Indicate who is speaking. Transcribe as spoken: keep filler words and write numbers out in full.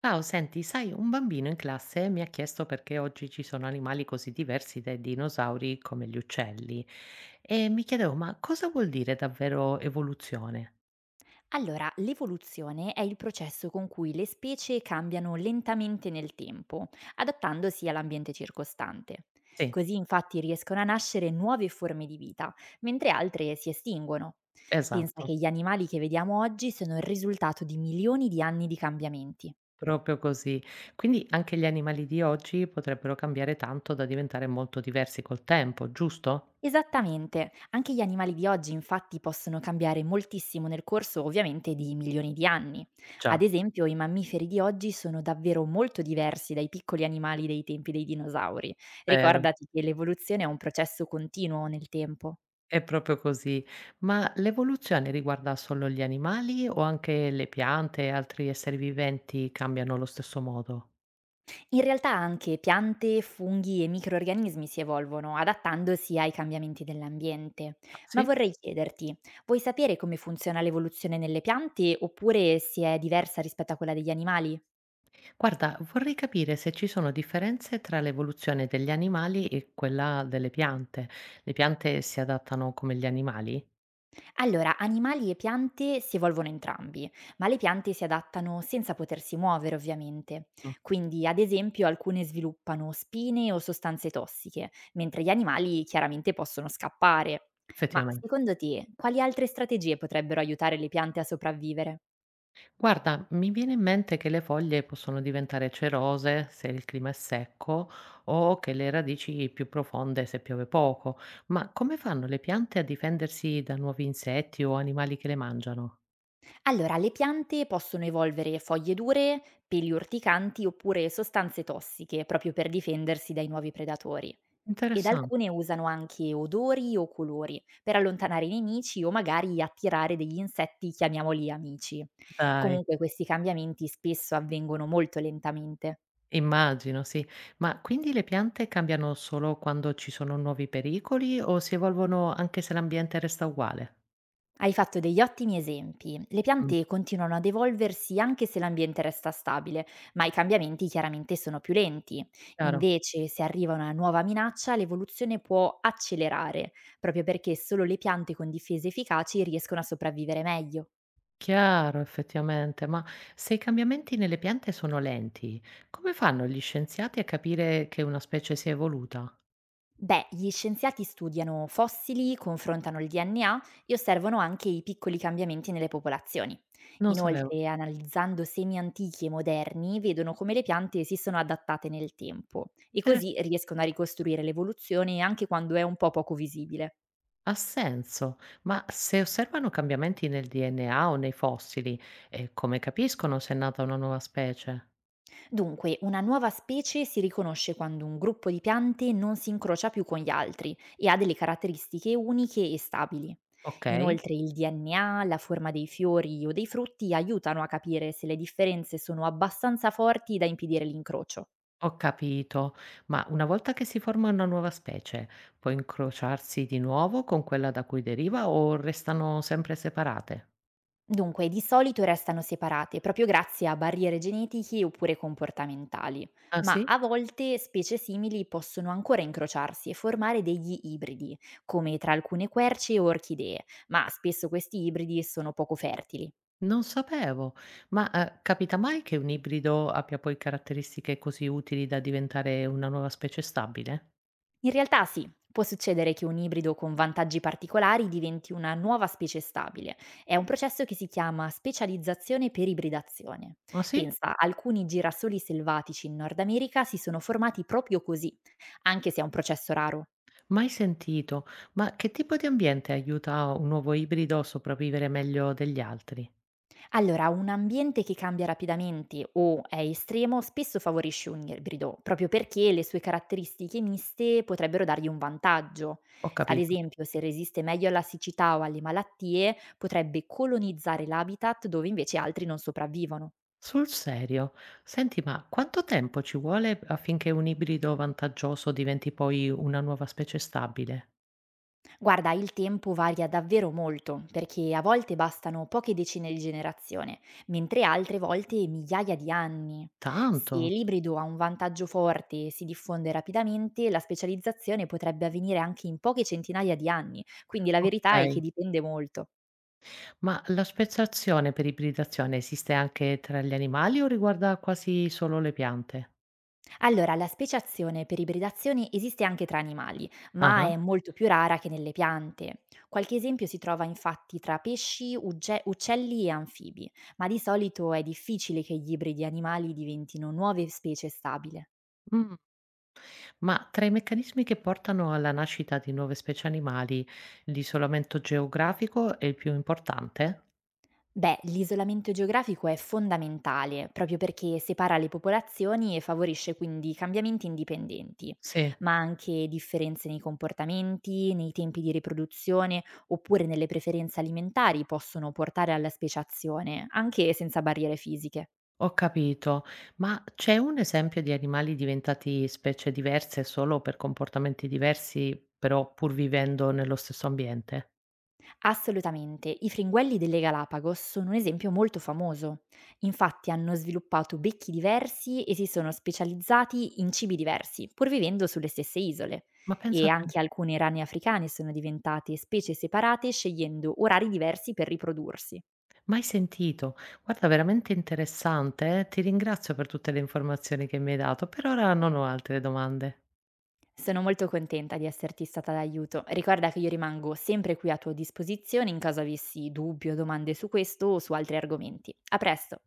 Speaker 1: Ciao, senti, sai, un bambino in classe mi ha chiesto perché oggi ci sono animali così diversi dai dinosauri come gli uccelli e mi chiedevo, ma cosa vuol dire davvero evoluzione?
Speaker 2: Allora, l'evoluzione è il processo con cui le specie cambiano lentamente nel tempo, adattandosi all'ambiente circostante.
Speaker 1: Sì,
Speaker 2: Così infatti riescono a nascere nuove forme di vita, mentre altre si estinguono. Pensa
Speaker 1: esatto,
Speaker 2: che gli animali che vediamo oggi sono il risultato di milioni di anni di cambiamenti.
Speaker 1: proprio così. Quindi anche gli animali di oggi potrebbero cambiare tanto da diventare molto diversi col tempo, giusto?
Speaker 2: Esattamente, anche gli animali di oggi infatti possono cambiare moltissimo nel corso ovviamente di milioni di anni. Ad
Speaker 1: Già,
Speaker 2: esempio i mammiferi di oggi sono davvero molto diversi dai piccoli animali dei tempi dei dinosauri.
Speaker 1: vero,
Speaker 2: Ricordati che l'evoluzione è un processo continuo nel tempo.
Speaker 1: è proprio così. Ma l'evoluzione riguarda solo gli animali o anche le piante e altri esseri viventi cambiano allo stesso modo?
Speaker 2: In realtà anche piante, funghi e microrganismi si evolvono, adattandosi ai cambiamenti dell'ambiente.
Speaker 1: Ah,
Speaker 2: Ma
Speaker 1: sì?
Speaker 2: vorrei chiederti, vuoi sapere come funziona l'evoluzione nelle piante oppure se è diversa rispetto a quella degli animali?
Speaker 1: Guarda, vorrei capire se ci sono differenze tra l'evoluzione degli animali e quella delle piante. Le piante si adattano come gli animali?
Speaker 2: Allora, animali e piante si evolvono entrambi, ma le piante si adattano senza potersi muovere ovviamente.
Speaker 1: No.
Speaker 2: Quindi, ad esempio, alcune sviluppano spine o sostanze tossiche, mentre gli animali chiaramente possono scappare. Ma
Speaker 1: Effettivamente.
Speaker 2: secondo te, quali altre strategie potrebbero aiutare le piante a sopravvivere?
Speaker 1: Guarda, mi viene in mente che le foglie possono diventare cerose se il clima è secco o che le radici più profonde se piove poco, ma come fanno le piante a difendersi da nuovi insetti o animali che le mangiano?
Speaker 2: Allora, le piante possono evolvere foglie dure, peli urticanti oppure sostanze tossiche, proprio per difendersi dai nuovi predatori. Ed
Speaker 1: Interessante.
Speaker 2: alcune usano anche odori o colori per allontanare i nemici o magari attirare degli insetti, chiamiamoli amici.
Speaker 1: Dai.
Speaker 2: Comunque questi cambiamenti spesso avvengono molto lentamente.
Speaker 1: Immagino, sì. Ma quindi le piante cambiano solo quando ci sono nuovi pericoli o si evolvono anche se l'ambiente resta uguale?
Speaker 2: Hai fatto degli ottimi esempi. Le
Speaker 1: Mm.
Speaker 2: piante continuano ad evolversi anche se l'ambiente resta stabile, ma i cambiamenti chiaramente sono più lenti.
Speaker 1: Chiaro,
Speaker 2: Invece, se arriva una nuova minaccia, l'evoluzione può accelerare, proprio perché solo le piante con difese efficaci riescono a sopravvivere meglio.
Speaker 1: chiaro, effettivamente, ma se i cambiamenti nelle piante sono lenti, come fanno gli scienziati a capire che una specie si è evoluta?
Speaker 2: Beh, gli scienziati studiano fossili, confrontano il D N A e osservano anche i piccoli cambiamenti nelle popolazioni.
Speaker 1: Non sapevo.
Speaker 2: Inoltre, analizzando semi antichi e moderni, vedono come le piante si sono adattate nel tempo e
Speaker 1: Interes-
Speaker 2: così riescono a ricostruire l'evoluzione anche quando è un po' poco visibile.
Speaker 1: Ha senso, ma se osservano cambiamenti nel D N A o nei fossili, eh, come capiscono se è nata una nuova specie?
Speaker 2: Dunque, una nuova specie si riconosce quando un gruppo di piante non si incrocia più con gli altri e ha delle caratteristiche uniche e stabili.
Speaker 1: Ok.
Speaker 2: Inoltre il D N A, la forma dei fiori o dei frutti aiutano a capire se le differenze sono abbastanza forti da impedire l'incrocio.
Speaker 1: Ho capito, ma una volta che si forma una nuova specie, può incrociarsi di nuovo con quella da cui deriva o restano sempre separate?
Speaker 2: Dunque, di solito restano separate proprio grazie a barriere genetiche oppure comportamentali,
Speaker 1: Ah
Speaker 2: ma
Speaker 1: sì?
Speaker 2: a volte specie simili possono ancora incrociarsi e formare degli ibridi, come tra alcune querce o orchidee, ma spesso questi ibridi sono poco fertili.
Speaker 1: Non sapevo, ma eh, capita mai che un ibrido abbia poi caratteristiche così utili da diventare una nuova specie stabile?
Speaker 2: In realtà sì, può succedere che un ibrido con vantaggi particolari diventi una nuova specie stabile. È un processo che si chiama specializzazione per ibridazione.
Speaker 1: Ah sì?
Speaker 2: Pensa, alcuni girasoli selvatici in Nord America si sono formati proprio così, anche se è un processo raro.
Speaker 1: Mai sentito, ma che tipo di ambiente aiuta un nuovo ibrido a sopravvivere meglio degli altri?
Speaker 2: Allora, un ambiente che cambia rapidamente o è estremo spesso favorisce un ibrido, proprio perché le sue caratteristiche miste potrebbero dargli un vantaggio.
Speaker 1: Ho
Speaker 2: Ad
Speaker 1: capito.
Speaker 2: esempio, se resiste meglio alla siccità o alle malattie, potrebbe colonizzare l'habitat dove invece altri non sopravvivono.
Speaker 1: Sul serio? Senti, ma quanto tempo ci vuole affinché un ibrido vantaggioso diventi poi una nuova specie stabile?
Speaker 2: Guarda, il tempo varia davvero molto, perché a volte bastano poche decine di generazioni, mentre altre volte migliaia di anni. Se
Speaker 1: Tanto?
Speaker 2: l'ibrido ha un vantaggio forte e si diffonde rapidamente, la specializzazione potrebbe avvenire anche in poche centinaia di anni, quindi la verità è che
Speaker 1: Okay.
Speaker 2: dipende molto.
Speaker 1: Ma la speciazione per ibridazione esiste anche tra gli animali o riguarda quasi solo le piante?
Speaker 2: Allora, la speciazione per ibridazione esiste anche tra animali, ma
Speaker 1: Ah-ah.
Speaker 2: è molto più rara che nelle piante. Qualche esempio si trova infatti tra pesci, ugge- uccelli e anfibi, ma di solito è difficile che gli ibridi animali diventino nuove specie stabili.
Speaker 1: Mm. Ma tra i meccanismi che portano alla nascita di nuove specie animali, l'isolamento geografico è il più importante?
Speaker 2: Beh, l'isolamento geografico è fondamentale, proprio perché separa le popolazioni e favorisce quindi cambiamenti indipendenti,
Speaker 1: Sì.
Speaker 2: ma anche differenze nei comportamenti, nei tempi di riproduzione oppure nelle preferenze alimentari possono portare alla speciazione, anche senza barriere fisiche.
Speaker 1: Ho capito, ma c'è un esempio di animali diventati specie diverse solo per comportamenti diversi, però pur vivendo nello stesso ambiente?
Speaker 2: Assolutamente, i fringuelli delle Galapagos sono un esempio molto famoso. Infatti hanno sviluppato becchi diversi e si sono specializzati in cibi diversi, pur vivendo sulle stesse isole.
Speaker 1: Ma penso
Speaker 2: E
Speaker 1: a te,
Speaker 2: anche alcune rane africane sono diventate specie separate scegliendo orari diversi per riprodursi.
Speaker 1: mai sentito. Guarda, veramente interessante, eh. Ti ringrazio per tutte le informazioni che mi hai dato. Per ora non ho altre domande.
Speaker 2: Sono molto contenta di esserti stata d'aiuto. Ricorda che io rimango sempre qui a tua disposizione in caso avessi dubbi o domande su questo o su altri argomenti. A presto!